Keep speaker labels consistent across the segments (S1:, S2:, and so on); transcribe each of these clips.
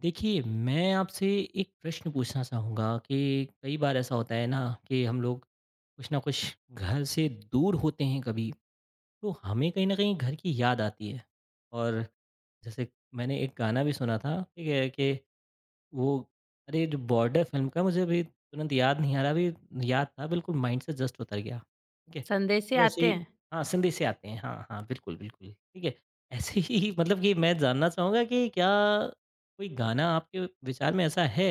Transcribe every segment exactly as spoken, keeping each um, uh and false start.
S1: देखिए, मैं आपसे एक प्रश्न पूछना चाहूँगा कि कई बार ऐसा होता है ना कि हम लोग कुछ ना कुछ घर से दूर होते हैं कभी, तो हमें कहीं न कहीं घर की याद आती है। और जैसे मैंने एक गाना भी सुना था, ठीक है? कि वो अरे जो बॉर्डर फ़िल्म का मुझे अभी तुरंत याद नहीं आ रहा, अभी याद था बिल्कुल माइंड से जस्ट उतर गया, ठीक है।
S2: संदेशे
S1: वैसे
S2: आते
S1: ही
S2: हैं?
S1: हाँ, सिंधी से आते हैं, हाँ, हाँ, बिल्कुल, बिल्कुल, ठीक है। ऐसे ही मतलब कि मैं जानना चाहूँगा कि क्या कोई गाना आपके विचार में ऐसा है,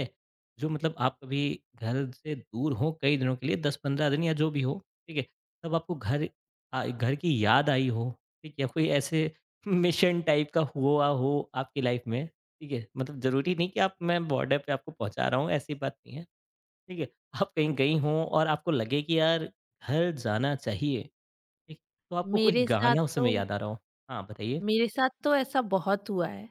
S1: जो मतलब आप कभी घर से दूर हो कई दिनों के लिए दस पंद्रह दिन या जो भी हो, ठीक है, तब आपको घर अ, घर की याद आई हो, ठीक है, कोई ऐसे मिशन टाइप का हुआ हो आपकी लाइफ़ में? ठीक है? मतलब ज़रूरी नहीं कि आप मैं बॉर्डर पे आपको पहुँचा रहा हूँ, ऐसी बात नहीं है, ठीक है? आप कहीं गई हों और आपको लगे कि यार घर जाना चाहिए, ठीक? तो आपको कोई
S2: मेरे साथ
S1: गाना उस
S2: तो
S1: समय याद आ रहा हो। हाँ, बताइए?
S2: मेरे साथ तो ऐसा बहुत हुआ है,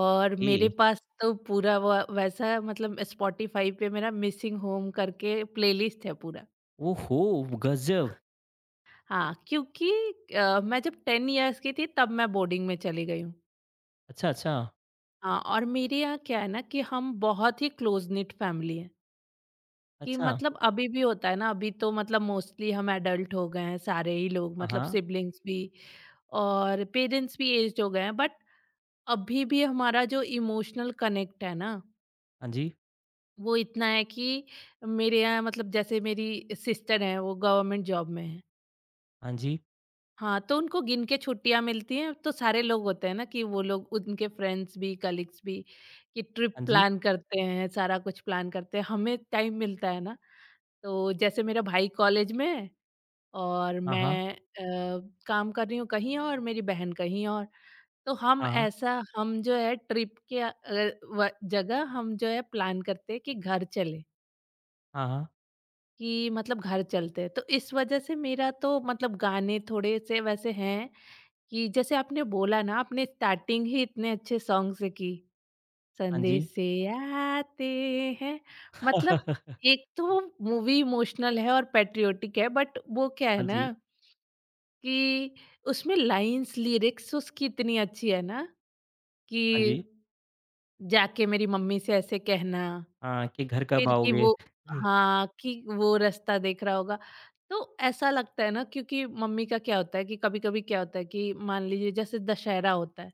S2: और
S1: ए
S2: मेरे पास तो पूरा व वैसा, मतलब स्पॉटिफ़ाई पे मेरा मिसिंग होम करके प्लेलिस्ट है पूरा।
S1: ओहो! गज़ब!
S2: हाँ, क्योंकि अ, मैं जब टेन इयर्स की थी तब मैं बोर्डिंग में चली गई हूँ।
S1: अच्छा, अच्छा,
S2: हाँ, और मेरे यहाँ क्या है ना, कि हम बहुत ही क्लोज़ निट फैमिली है, कि
S1: अच्छा।
S2: मतलब अभी भी होता है ना। अभी तो मतलब मोस्टली हम एडल्ट हो गए हैं सारे ही लोग,
S1: हाँ,
S2: मतलब
S1: हाँ।
S2: सिबलिंग्स भी और पेरेंट्स भी एज्ड हो गए हैं, बट अभी भी हमारा जो इमोशनल कनेक्ट है ना,
S1: हाँ जी,
S2: वो इतना है कि मेरे यहाँ मतलब जैसे मेरी सिस्टर हैं, वो गवर्नमेंट जॉब में हैं।
S1: हाँ जी,
S2: हाँ, तो उनको गिन के छुट्टियाँ मिलती हैं, तो सारे लोग होते हैं ना, कि वो लोग, उनके फ्रेंड्स भी, कलीग्स भी, कि ट्रिप
S1: हाँ जी।
S2: प्लान करते हैं, सारा कुछ प्लान करते हैं। हमें टाइम मिलता है ना, तो जैसे मेरा भाई कॉलेज में है और
S1: हाँ, हाँ,
S2: मैं अ, काम कर रही हूँ कहीं और, मेरी बहन कहीं और। तो हम
S1: हाँ, हाँ,
S2: ऐसा, हम जो है ट्रिप के अ, व जगह हम जो है प्लान करते हैं कि घर चले,
S1: हाँ, हाँ।
S2: कि मतलब घर चलते हैं। तो इस वजह से मेरा तो मतलब गाने थोड़े से वैसे हैं, कि जैसे आपने बोला ना, आपने स्टार्टिंग ही इतने अच्छे सॉन्ग से की,
S1: हाँ जी।
S2: संदेश से आते हैं। मतलब एक तो वो मूवी इमोशनल है और पैट्रियोटिक है, बट वो क्या है
S1: हाँ
S2: ना
S1: जी,
S2: कि उसमें लाइन्स, लिरिक्स उसकी इतनी अच्छी है ना, कि
S1: हाँ जी।
S2: जाके मेरी मम्मी से ऐसे कहना,
S1: हाँ, कि घर कब
S2: फिर कि
S1: आओगे?
S2: वो, हाँ, कि वो रास्ता देख रहा होगा। तो ऐसा लगता है ना, क्योंकि मम्मी का क्या होता है कि कभी-कभी क्या होता है कि मान लीजिए जैसे दशहरा होता है,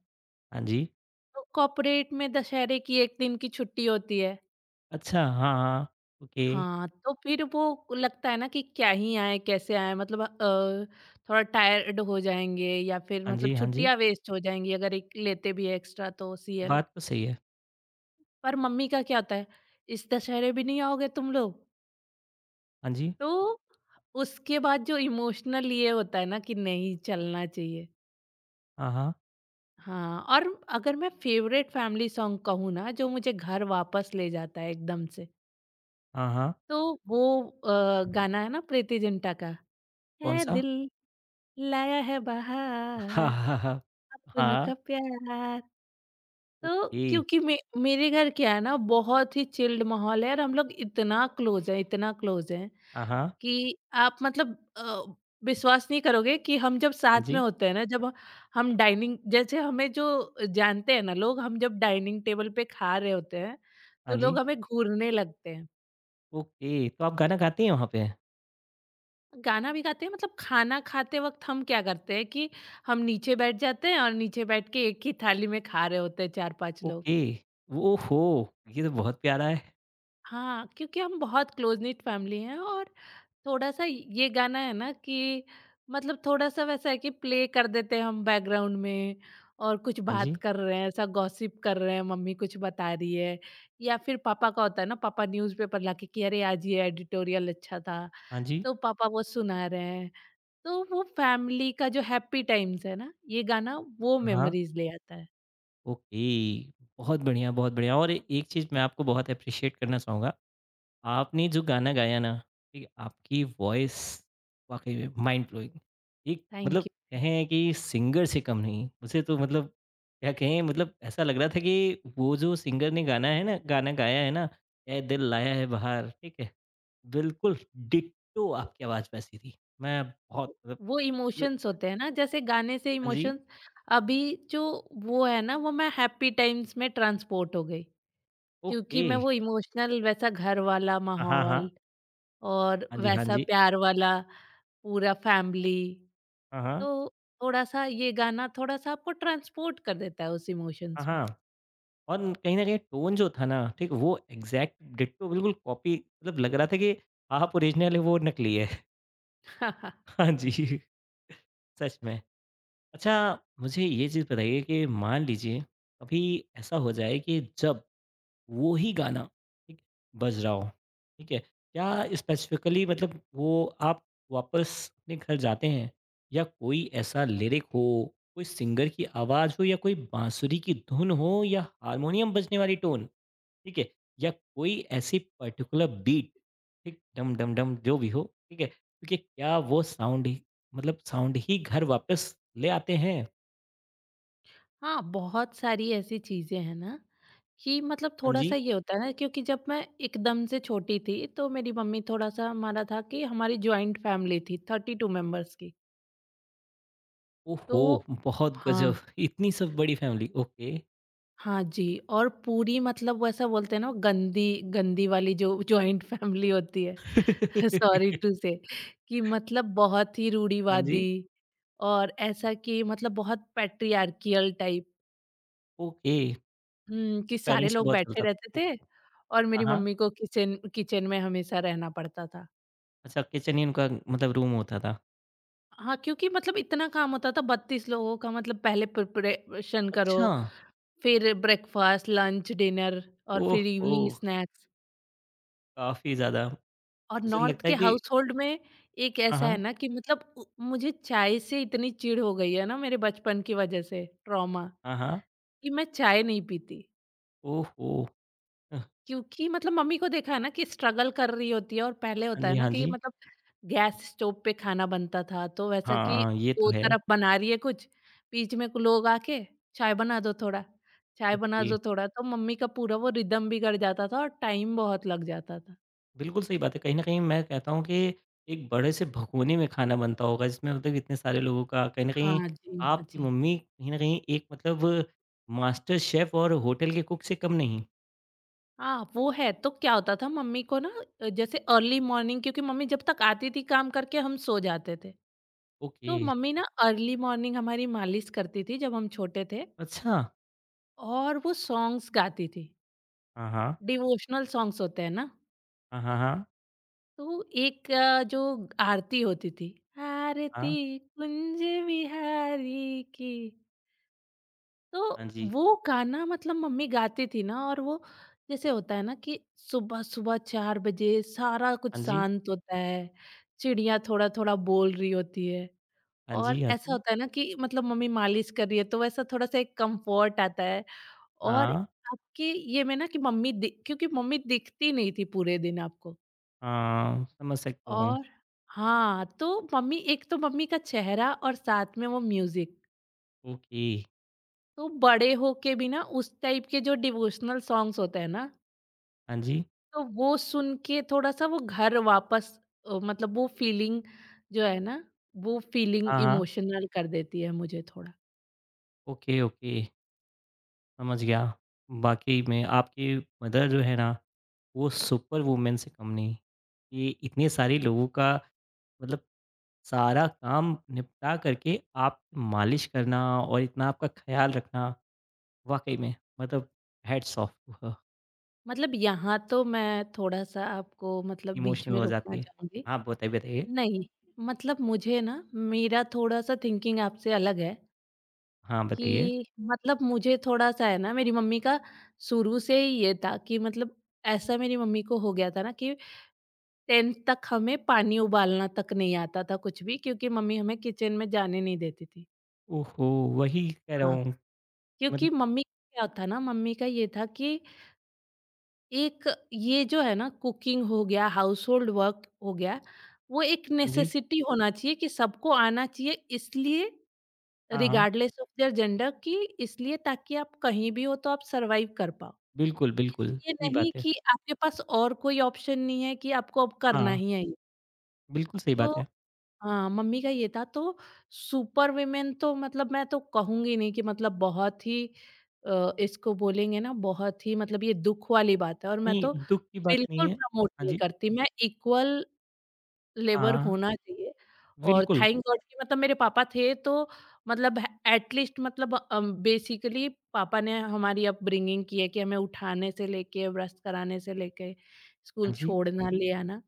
S1: हाँ जी।
S2: तो कॉर्पोरेट में दशहरे की एक दिन की छुट्टी होती है।
S1: अच्छा, हाँ, हाँ। ओके।
S2: हाँ, तो फिर वो लगता है ना कि क्या ही आएँ, कैसे आएँ, मतलब अ, थोड़ा टायर्ड हो जाएँगे, या फिर
S1: हाँ
S2: मतलब
S1: जी, हाँ जी।
S2: छुट्टियाँ वेस्ट हो जाएँगी, अगर एक लेते भी हैं एक्स्ट्रा तो सीएल।
S1: बात तो सही है।
S2: पर मम्मी का क्या होता है, "इस दशहरे भी नहीं आओगे तुम लोग?"
S1: हाँ जी।
S2: तो उसके बाद जो इमोशनल ये होता है ना कि नहीं चलना चाहिए।
S1: हाँ, हाँ।
S2: हाँ, और अगर मैं फेवरेट फैमिली सॉन्ग कहूँ ना, जो मुझे घर वापस ले जाता है एकदम से,
S1: हाँ, हाँ।
S2: तो वो अ, गाना है ना प्रीति जिंटा का, है
S1: कौन-सा?
S2: दिल लाया है
S1: हाँ,
S2: बहार,
S1: हाँ, हाँ।
S2: अपनों
S1: हाँ,
S2: का प्यार। तो
S1: ओके।
S2: क्योंकि मे, मेरे घर क्या है ना, बहुत ही चिल्ड माहौल है, और हम लोग इतना क्लोज है, इतना क्लोज है
S1: हाँ, हाँ।
S2: कि आप मतलब अ, विश्वास नहीं करोगे कि हम जब
S1: हाँ
S2: साथ में
S1: जी,
S2: होते हैं ना, जब हम डाइनिंग जैसे, हमें जो जानते हैं ना लोग, हम जब डाइनिंग टेबल पे खा रहे होते हैं, तो
S1: हाँ जी।
S2: लोग हमें घूरने लगते हैं।
S1: ओके, तो आप गाना गाती हैं वहाँ पे?
S2: गाना भी गाते हैं, मतलब खाना खाते वक़्त हम क्या करते हैं कि हम नीचे बैठ जाते हैं, और नीचे बैठ के एक ही थाली में खा रहे होते हैं चार पाँच लोग।
S1: ओके। ओहो! ये तो बहुत प्यारा है।
S2: हाँ, क्योंकि हम बहुत क्लोज़-knit फैमिली हैं, और थोड़ा-सा ये गाना है ना, कि मतलब थोड़ा-सा वैसा है कि प्ले कर देते हैं हम बैकग्राउंड में, और कुछ
S1: हाँ
S2: बात
S1: जी,
S2: कर रहे हैं, ऐसा गॉसिप कर रहे हैं, मम्मी कुछ बता रही है, या फिर पापा का होता है ना, पापा न्यूज़पेपर लाके कि अरे आज ये एडिटोरियल अच्छा था,
S1: हाँ जी।
S2: तो पापा वो सुना रहे हैं। तो वो फैमिली का जो हैप्पी टाइम्स है ना, ये गाना वो
S1: हाँ, हाँ।
S2: मेमोरीज़ ले आता है।
S1: ओके, बहुत बढ़िया, बहुत बढ़िया और ए- एक चीज़ मैं आपको बहुत एप्रिशिएट करना चाहूँगा आपने जो गाना गाया ना, ठीक है, आपकी वॉइस वाक़ई में माइंड ब्लोइंग। एक मतलब
S2: थैंक यू।
S1: कहें कि सिंगर से कम नहीं, मुझे तो मतलब क्या कहें मतलब ऐसा लग रहा था कि वो जो सिंगर ने गाना है ना गाना गाया है ना, "ए दिल लाया है बहार" ठीक है, बिल्कुल डिट्टो आपकी आवाज़ वैसी थी। मैं बहुत मतलब
S2: वो
S1: ल
S2: इमोशंस होते हैं ना, जैसे गाने से
S1: हाँ जी,
S2: इमोशंस, अभी जो वो है ना, वो मैं हैप्पी टाइम्स में ट्रांसपोर्ट हो गई।
S1: ओके।
S2: क्योंकि मैं वो इमोशनल वैसा घर वाला
S1: हाँ, हाँ, हाँ।
S2: माहौल, और
S1: हाँ जी, हाँ
S2: वैसा
S1: जी।
S2: प्यार वाला पूरा फैमिली,
S1: हाँ,
S2: तो
S1: हाँ।
S2: थोड़ा-सा ये गाना थोड़ा-सा आपको ट्रांसपोर्ट कर देता है उस
S1: हाँ,
S2: इमोशंस में।
S1: हाँ। और कहीं न कहीं टोन जो था ना, ठीक है? वो एग्ज़ैक्ट डिट्टो बिल्कुल कॉपी मतलब लग रहा था कि आप ओरिजिनल है, वो नकली है। हाँ जी। सच में। अच्छा मुझे ये चीज़ बताइए कि मान लीजिए कभी ऐसा हो जाए कि जब वो ही गाना, ठीक, बज रहा हो, ठीक है? क्या स्पेसिफ़िकली मतलब वो आप वापस अपने घर जाते हैं या कोई ऐसा लिरिक हो, कोई सिंगर की आवाज़ हो या कोई बाँसुरी की धुन हो या हारमोनियम बजने वाली टोन? ठीक है? या कोई ऐसी पर्टिकुलर बीट ठीक डम डम डम जो भी हो, ठीक है? क्योंकि क्या वो साउंड ही मतलब साउंड ही घर वापस ले आते हैं।
S2: हाँ, बहुत सारी ऐसी चीज़ें हैं ना, कि मतलब
S1: हाँ
S2: थोड़ा-सा
S1: जी।
S2: ये होता है ना, क्योंकि जब मैं एकदम से छोटी थी, तो मेरी मम्मी, थोड़ा-सा हमारा था कि हमारी जॉइंट फैमिली थी बत्तीस मेंबर्स की। तो
S1: ओहो! बहुत गज़ब!
S2: हाँ।
S1: इतनी सब बड़ी फैमिली, ओके।
S2: हाँ जी, और पूरी मतलब वो ऐसा बोलते हैं ना, वो गंदी गंदी वाली जो जॉइंट फैमिली होती है। सॉरी टू से, कि मतलब बहुत ही
S1: हाँ जी,
S2: रूढ़िवादी, और ऐसा कि मतलब बहुत पैट्रियार्कियल टाइप।
S1: ओके।
S2: हुँ,
S1: तो
S2: कि सारे
S1: पेरेंट्स से
S2: लोग
S1: बहुत
S2: बैठे
S1: चलता था।
S2: रहते थे,
S1: ओके।
S2: और
S1: हाँ,
S2: मेरी
S1: हाँ।
S2: मम्मी को किचन किचन में हमेशा रहना पड़ता था।
S1: अच्छा किचन ही उनका मतलब रूम होता था।
S2: हाँ, क्योंकि मतलब इतना काम होता था बत्तीस लोगों का, मतलब पहले प्रिपरेशन करो,
S1: अच्छा!
S2: फिर ब्रेकफास्ट, लंच, डिनर, और फिर
S1: ओहो!
S2: Evening snacks.
S1: काफ़ी ज़्यादा।
S2: और
S1: मुझे
S2: नॉर्थ
S1: लगता है
S2: के
S1: कि
S2: हाउसहोल्ड में एक
S1: हाँ,
S2: ऐसा है
S1: हाँ।
S2: ना कि, मतलब उ मुझे चाय से इतनी चिढ़ हो गई है ना, मेरे बचपन की वजह से, ट्रॉमा,
S1: हाँ, हाँ।
S2: कि मैं चाय नहीं पीती।
S1: ओहो! अ,
S2: क्योंकि मतलब मम्मी को देखा है ना कि स्ट्रगल कर रही होती है, और पहले
S1: हाँ
S2: होता है
S1: जी,
S2: ना
S1: हाँ
S2: कि
S1: जी।
S2: मतलब गैस स्टोव पे खाना बनता था, तो वैसा कि
S1: हाँ, ये तो
S2: दो
S1: है।
S2: तरफ बना रही है कुछ, बीच में को लोग आके, चाय बना दो थोड़ा, चाय बना
S1: ओके,
S2: दो थोड़ा, तो मम्मी का पूरा वो रिदम बिगड़ जाता था, और टाइम बहुत लग जाता था।
S1: बिल्कुल सही बात है। कहीं न कहीं मैं कहता हूँ कि एक बड़े से भगोने में खाना बनता होगा जिसमें मतलब इतने सारे लोगों का कहीं न कहीं
S2: हाँ जी, हाँ
S1: आपकी
S2: जी।
S1: मम्मी कहीं न कहीं एक मतलब मास्टर शेफ़ और होटल के कुक से कम नहीं?
S2: हाँ, वो है। तो क्या होता था मम्मी को ना, अ, जैसे अर्ली मॉर्निंग, क्योंकि मम्मी जब तक आती थी काम करके हम सो जाते थे।
S1: ओके,
S2: तो मम्मी ना अर्ली मॉर्निंग हमारी मालिश करती थी जब हम छोटे थे,
S1: अच्छा।
S2: और वो सॉन्ग्स गाती थी।
S1: हाँ, हाँ।
S2: डिवोशनल सॉन्ग्स होते हैं ना,
S1: हाँ, हाँ, हाँ।
S2: तो एक अ, जो आरती होती थी, आरती
S1: हाँ,
S2: कुंज बिहारी की,
S1: हाँ
S2: तो
S1: जी।
S2: वो गाना मतलब मम्मी गाती थी ना। और वो जैसे होता है ना कि सुबह-सुबह चार बजे सारा कुछ
S1: हाँ जी।
S2: शांत होता है, चिड़िया थोड़ा-थोड़ा बोल रही होती है,
S1: हाँ
S2: और
S1: जी, हाँ
S2: ऐसा
S1: जी।
S2: होता है ना कि मतलब मम्मी मालिश कर रही है, तो वैसा थोड़ा-सा एक कम्फर्ट आता है, और
S1: हाँ,
S2: आपके ये में ना कि मम्मी दि क्योंकि मम्मी दिखती नहीं थी पूरे दिन आपको,
S1: हाँ, समझ सकता हूँ।
S2: और हाँ, तो मम्मी, एक तो मम्मी का चेहरा, और साथ में वो म्यूज़िक,
S1: ओके।
S2: तो बड़े होके भी ना उस टाइप के जो डिवोशनल सॉन्ग्स होते हैं ना,
S1: हाँ जी।
S2: तो वो सुन के थोड़ा-सा वो घर वापस अ, मतलब वो फ़ीलिंग जो है ना, वो फ़ीलिंग
S1: हाँ, हाँ।
S2: इमोशनल कर देती है मुझे थोड़ा।
S1: Okay, okay. समझ गया। वाक़ई में आपकी मदर जो है ना, वो सुपर वूमन से कम नहीं। ये इतने सारे लोगों का मतलब सारा काम निपटा करके आप मालिश करना और इतना आपका ख़्याल रखना, वाक़ई में मतलब हैट्स ऑफ टू हर।
S2: मतलब यहाँ तो मैं थोड़ा-सा आपको, मतलब बीच
S1: इमोशनल
S2: में
S1: हो जाती
S2: रोकना
S1: है।
S2: चाहूँगी।
S1: हाँ, बताइए, बताइए।
S2: नहीं, मतलब मुझे ना, मेरा थोड़ा-सा थिंकिंग आपसे अलग है।
S1: हाँ, बताइए।
S2: कि मतलब मुझे थोड़ा-सा है ना, मेरी मम्मी का शुरू से ही ये था कि मतलब, ऐसा मेरी मम्मी को हो गया था ना कि दसवीं तक हमें पानी उबालना तक नहीं आता था कुछ भी, क्योंकि मम्मी हमें किचन में जाने नहीं देती थी।
S1: ओहो! वही कह रहा
S2: हाँ।
S1: हूँ
S2: क्योंकि
S1: मतलब
S2: मम्मी का क्या था ना, मम्मी का ये था कि एक, ये जो है ना, कुकिंग हो गया, हाउसहोल्ड वर्क हो गया, वो एक
S1: हाँ जी।
S2: नेसेसिटी होना चाहिए कि सबको आना चाहिए, इसलिए
S1: हाँ, हाँ।
S2: रिगार्डलेस ऑफ देयर जेंडर, कि इसलिए ताकि आप कहीं भी हो तो आप सर्वाइव कर पाओ।
S1: बिल्कुल, बिल्कुल।
S2: इसलिए
S1: सही
S2: नहीं
S1: बात है।
S2: कि आपके पास और कोई ऑप्शन नहीं है कि आपको अब करना
S1: हाँ,
S2: ही है ये।
S1: बिल्कुल सही
S2: तो
S1: बात है।
S2: हाँ, मम्मी का ये था, तो सुपर वुमेन तो मतलब मैं तो कहूँगी नहीं, कि मतलब बहुत ही अ, इसको बोलेंगे ना, बहुत ही मतलब ये दुःख वाली बात है, और मैं तो
S1: नहीं, दुःख की बात नहीं
S2: बिल्कुल
S1: है।
S2: प्रमोट
S1: हाँ
S2: नहीं
S1: जी।
S2: करती। मैं इक्वल
S1: हाँ।
S2: लेबर
S1: हाँ।
S2: होना चाहिए, और
S1: बिल्कुल,
S2: थैंक गॉड कि मतलब मेरे पापा थे, तो मतलब एट लीस्ट, मतलब अ, बेसिकली पापा ने हमारी अपब्रिंगिंग की है, कि हमें उठाने से लेके, ब्रश कराने से लेके,
S1: हाँ
S2: स्कूल
S1: जी,
S2: छोड़ना ले आना।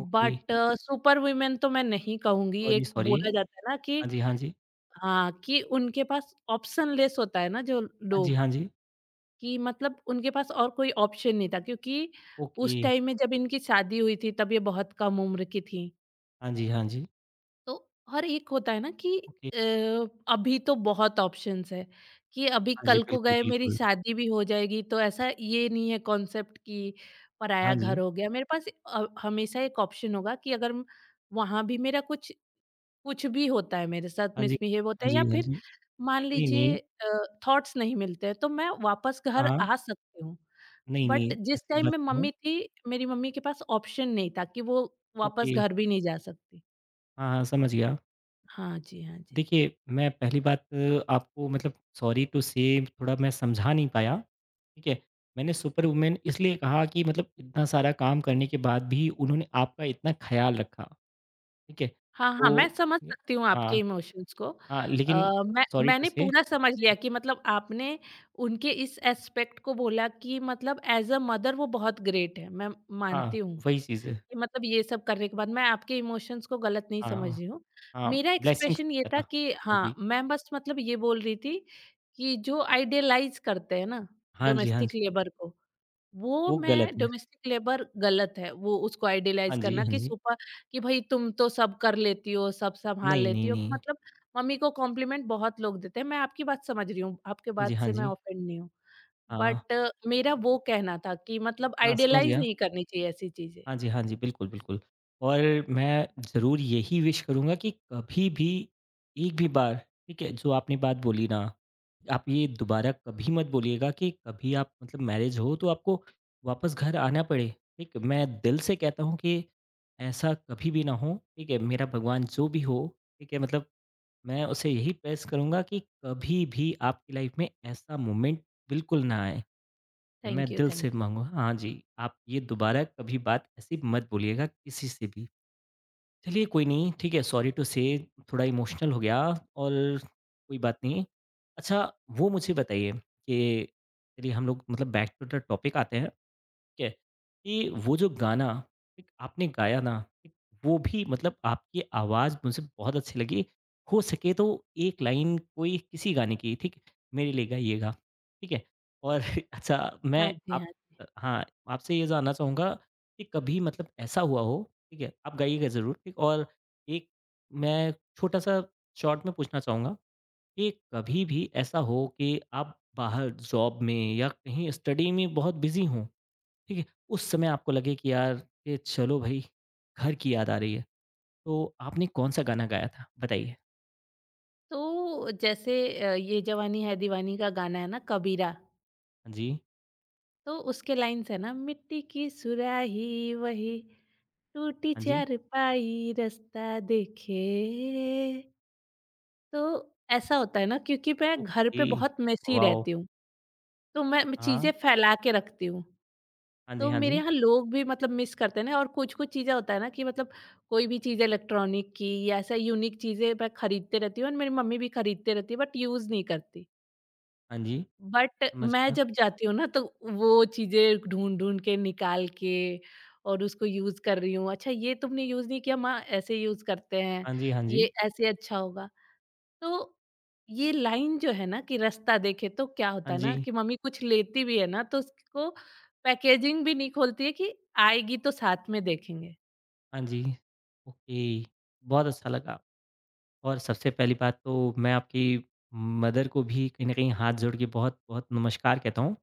S1: ओके,
S2: बट सुपर वुमेन तो मैं नहीं कहूँगी,
S1: सॉरी,
S2: एक
S1: सॉरी।
S2: बोला जाता है ना कि,
S1: हाँ जी, हाँ जी।
S2: हाँ, कि उनके पास ऑप्शनलेस होता है ना जो
S1: हाँ जी,
S2: लोग,
S1: हाँ जी,
S2: कि मतलब उनके पास और कोई ऑप्शन नहीं था, क्योंकि
S1: ओके,
S2: उस टाइम में जब इनकी शादी हुई थी तब ये बहुत कम उम्र की थी।
S1: हाँ जी, हाँ जी,
S2: तो हर एक होता है ना कि,
S1: ओके,
S2: अ, अभी तो बहुत ऑप्शंस है, कि अभी
S1: हाँ जी,
S2: कल को
S1: बिल्कुल,
S2: गए मेरी
S1: बिल्कुल।
S2: शादी भी हो जाएगी, तो ऐसा ये नहीं है कॉन्सेप्ट कि
S1: हाँ
S2: पराया घर
S1: जी,
S2: हो गया। मेरे पास अ, हमेशा एक ऑप्शन होगा कि अगर वहाँ भी मेरा कुछ, कुछ भी होता है, मेरे साथ
S1: हाँ जी,
S2: मिसबिहेव होता
S1: हाँ
S2: है,
S1: जी,
S2: या
S1: हाँ
S2: फिर
S1: जी।
S2: मान
S1: नहीं,
S2: लीजिए
S1: नहीं,
S2: अ, थॉट्स नहीं मिलते हैं, तो मैं वापस घर
S1: हाँ, हाँ,
S2: आ सकती हूँ।
S1: नहीं,
S2: बट
S1: नहीं,
S2: जिस
S1: ऐसी
S2: टाइम
S1: बात
S2: में
S1: नहीं है,
S2: मम्मी थी, मेरी मम्मी के पास ऑप्शन नहीं था कि वो वापस
S1: ओके,
S2: घर भी नहीं जा सकती।
S1: हाँ, हाँ, समझ गया।
S2: हाँ जी, हाँ जी।
S1: देखिए, मैं पहली बात अ, आपको मतलब सॉरी टू से थोड़ा मैं समझा नहीं पाया, ठीक है? मैंने सुपर वूमेन इसलिए कहा कि मतलब इतना सारा काम करने के बाद भी उन्होंने आपका इतना ख़्याल रखा, ठीक है?
S2: हाँ, हाँ, मैं
S1: तो
S2: समझ
S1: ये
S2: सकती हूँ
S1: हाँ।
S2: आपके इमोशंस को।
S1: हाँ, लेकिन
S2: अ, मैं
S1: सॉरी टू
S2: मैंने
S1: से
S2: पूरा समझ लिया कि मतलब आपने उनके इस एस्पेक्ट को बोला कि मतलब एज़ अ मदर वो बहुत ग्रेट है, मैं
S1: हाँ,
S2: मानती हूँ।
S1: वही चीज़ है।
S2: कि मतलब ये सब करने के बाद मैं आपके इमोशंस को गलत नहीं समझ
S1: हाँ,
S2: रही हूँ।
S1: हाँ,
S2: मेरा
S1: ब्लेसिंग्स
S2: एक्सप्रेशन ये
S1: की तरह।
S2: था कि,
S1: हाँ
S2: हाँ,
S1: जी।
S2: मैं बस मतलब ये बोल रही थी कि जो आइडियलाइज़ करते हैं ना
S1: हाँ जी, हाँ जी।
S2: डोमेस्टिक लेबर को, वो
S1: वो
S2: मैं,
S1: गलत है।
S2: डोमेस्टिक लेबर गलत है। वो उसको
S1: हाँ
S2: आइडियलाइज़
S1: जी,
S2: करना
S1: हाँ
S2: कि
S1: जी।
S2: सुपर, कि भई तुम तो सब कर लेती हो, सब सँभाल
S1: नहीं, नहीं,
S2: लेती हो, कि
S1: नहीं।
S2: मतलब मम्मी को कॉम्प्लीमेंट बहुत लोग देते हैं। मैं आपकी बात समझ रही हूँ, आपके
S1: हाँ जी,
S2: बात
S1: हाँ
S2: से मैं
S1: जी।
S2: ऑफेंड नहीं हूँ।
S1: हाँ,
S2: बट मेरा वो कहना था कि मतलब
S1: हाँ, समझ
S2: आइडियलाइज़
S1: गया।
S2: नहीं करनी चाहिए ऐसी चीज़ें।
S1: हाँ जी, हाँ जी। बिल्कुल, बिल्कुल। और मैं ज़रूर यही विश करूँगा कि कभी भी एक भी बार, ठीक है, जो आपने बात बोली ना, आप ये दोबारा कभी मत बोलिएगा कि कभी आप मतलब मैरिज हो तो आपको वापस घर आना पड़े, ठीक? है, मैं दिल से कहता हूँ कि ऐसा कभी भी ना हो, ठीक है? मेरा भगवान जो भी हो, ठीक है? मतलब मैं उसे यही प्रेज़ करूँगा कि कभी भी आपकी लाइफ़ में ऐसा मोमेंट बिल्कुल ना आए। मैं
S2: थैंक यू,
S1: दिल
S2: थैंक
S1: से
S2: यू।
S1: माँगूँगा हाँ जी, आप ये दोबारा कभी बात ऐसी मत बोलिएगा किसी से भी। चलिए कोई नहीं, ठीक है सॉरी टू से थोड़ा इमोशनल हो गया और कोई बात नहीं। अच्छा वो मुझे बताइए कि चलिए हम लोग मतलब बैक टू द टॉपिक आते हैं। ठीक है? कि वो जो गाना एक आपने गाया ना, एक वो भी मतलब आपकी आवाज़ मुझे बहुत अच्छी लगी। हो सके तो एक लाइन कोई किसी गाने की ठीक मेरे लिए गाइएगा, ठीक है? और अच्छा
S2: हाँ
S1: मैं
S2: जी,
S1: आप
S2: हाँ जी।
S1: अ, हाँ, आपसे ये जानना चाहूँगा कि कभी मतलब ऐसा हुआ हो, ठीक है? आप गाइएगा ज़रूर ठीक और एक मैं छोटा-सा शॉर्ट में पूछना चाहूँगा कि कभी भी ऐसा हो कि आप बाहर जॉब में या कहीं स्टडी में बहुत बिज़ी हों? ठीक है? उस समय आपको लगे कि यार ये चलो भई, घर की याद आ रही है। तो आपने कौन-सा गाना गाया था? बताइए।
S2: तो जैसे अ, ये जवानी है दीवानी का गाना है ना, कबीरा,
S1: हाँ जी,
S2: तो उसके लाइन्स है ना, मिट्टी की सुराही वही, टूटी
S1: हाँ जी।
S2: चारपाई रास्ता देखे। तो ऐसा होता है ना, क्योंकि मैं घर
S1: ओके,
S2: पे बहुत मेसी
S1: वॉव!
S2: रहती हूँ, तो मैं मैं
S1: हाँ।
S2: चीज़ें फैला के रखती हूँ।
S1: हाँ जी,
S2: तो
S1: हाँ
S2: मेरे
S1: जी।
S2: यहाँ लोग भी मतलब मिस करते हैं ना, और कुछ-कुछ चीज़ें होता है ना कि मतलब कोई भी चीज़ इलेक्ट्रॉनिक की या ऐसा यूनिक चीज़ें मैं खरीदते रहती हूँ, और मेरी मम्मी भी खरीदते रहती है, बट यूज़ नहीं करती।
S1: हाँ जी,
S2: बट
S1: समझ
S2: मैं
S1: गया।
S2: जब जाती हूँ ना, तो वो चीज़ें ढूँढ-ढूँढ के निकाल के, और उसको यूज़ कर रही हूँ। अच्छा ये तुमने यूज़ नहीं किया, माँ ऐसे यूज़ करते हैं,
S1: हाँ जी, हाँ जी।
S2: ये ऐसे अच्छा होगा। तो ये लाइन जो है ना कि रास्ता देखे, तो क्या
S1: हाँ
S2: होता है ना
S1: जी,
S2: कि मम्मी कुछ लेती भी है ना, तो उसको पैकेजिंग भी नहीं खोलती है, कि आएगी तो साथ में देखेंगे।
S1: हाँ जी। ओके, बहुत अच्छा लगा और सबसे पहली बात तो मैं आपकी मदर को भी कहीं न कहीं हाथ जोड़ के बहुत-बहुत नमस्कार कहता हूँ।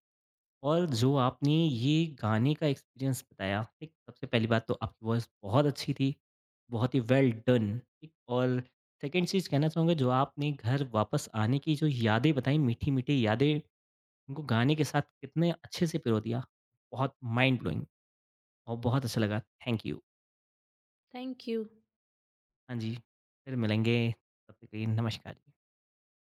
S1: और जो आपने ये गाने का एक्सपीरियंस बताया, ठीक, सबसे पहली बात तो आपकी वॉइस बहुत अच्छी थी, बहुत ही वेल डन, ठीक। और सेकंड चीज़ कहना चाहूँगा जो आपने घर वापस आने की जो यादें बताई, मीठी-मीठी यादें, उनको गाने के साथ कितने अच्छे से पिरो दिया, बहुत माइंड ब्लोइंग और बहुत अच्छा लगा। Thank you.
S2: Thank you.
S1: हाँ जी, फिर मिलेंगे, तब तक के लिए नमस्कार।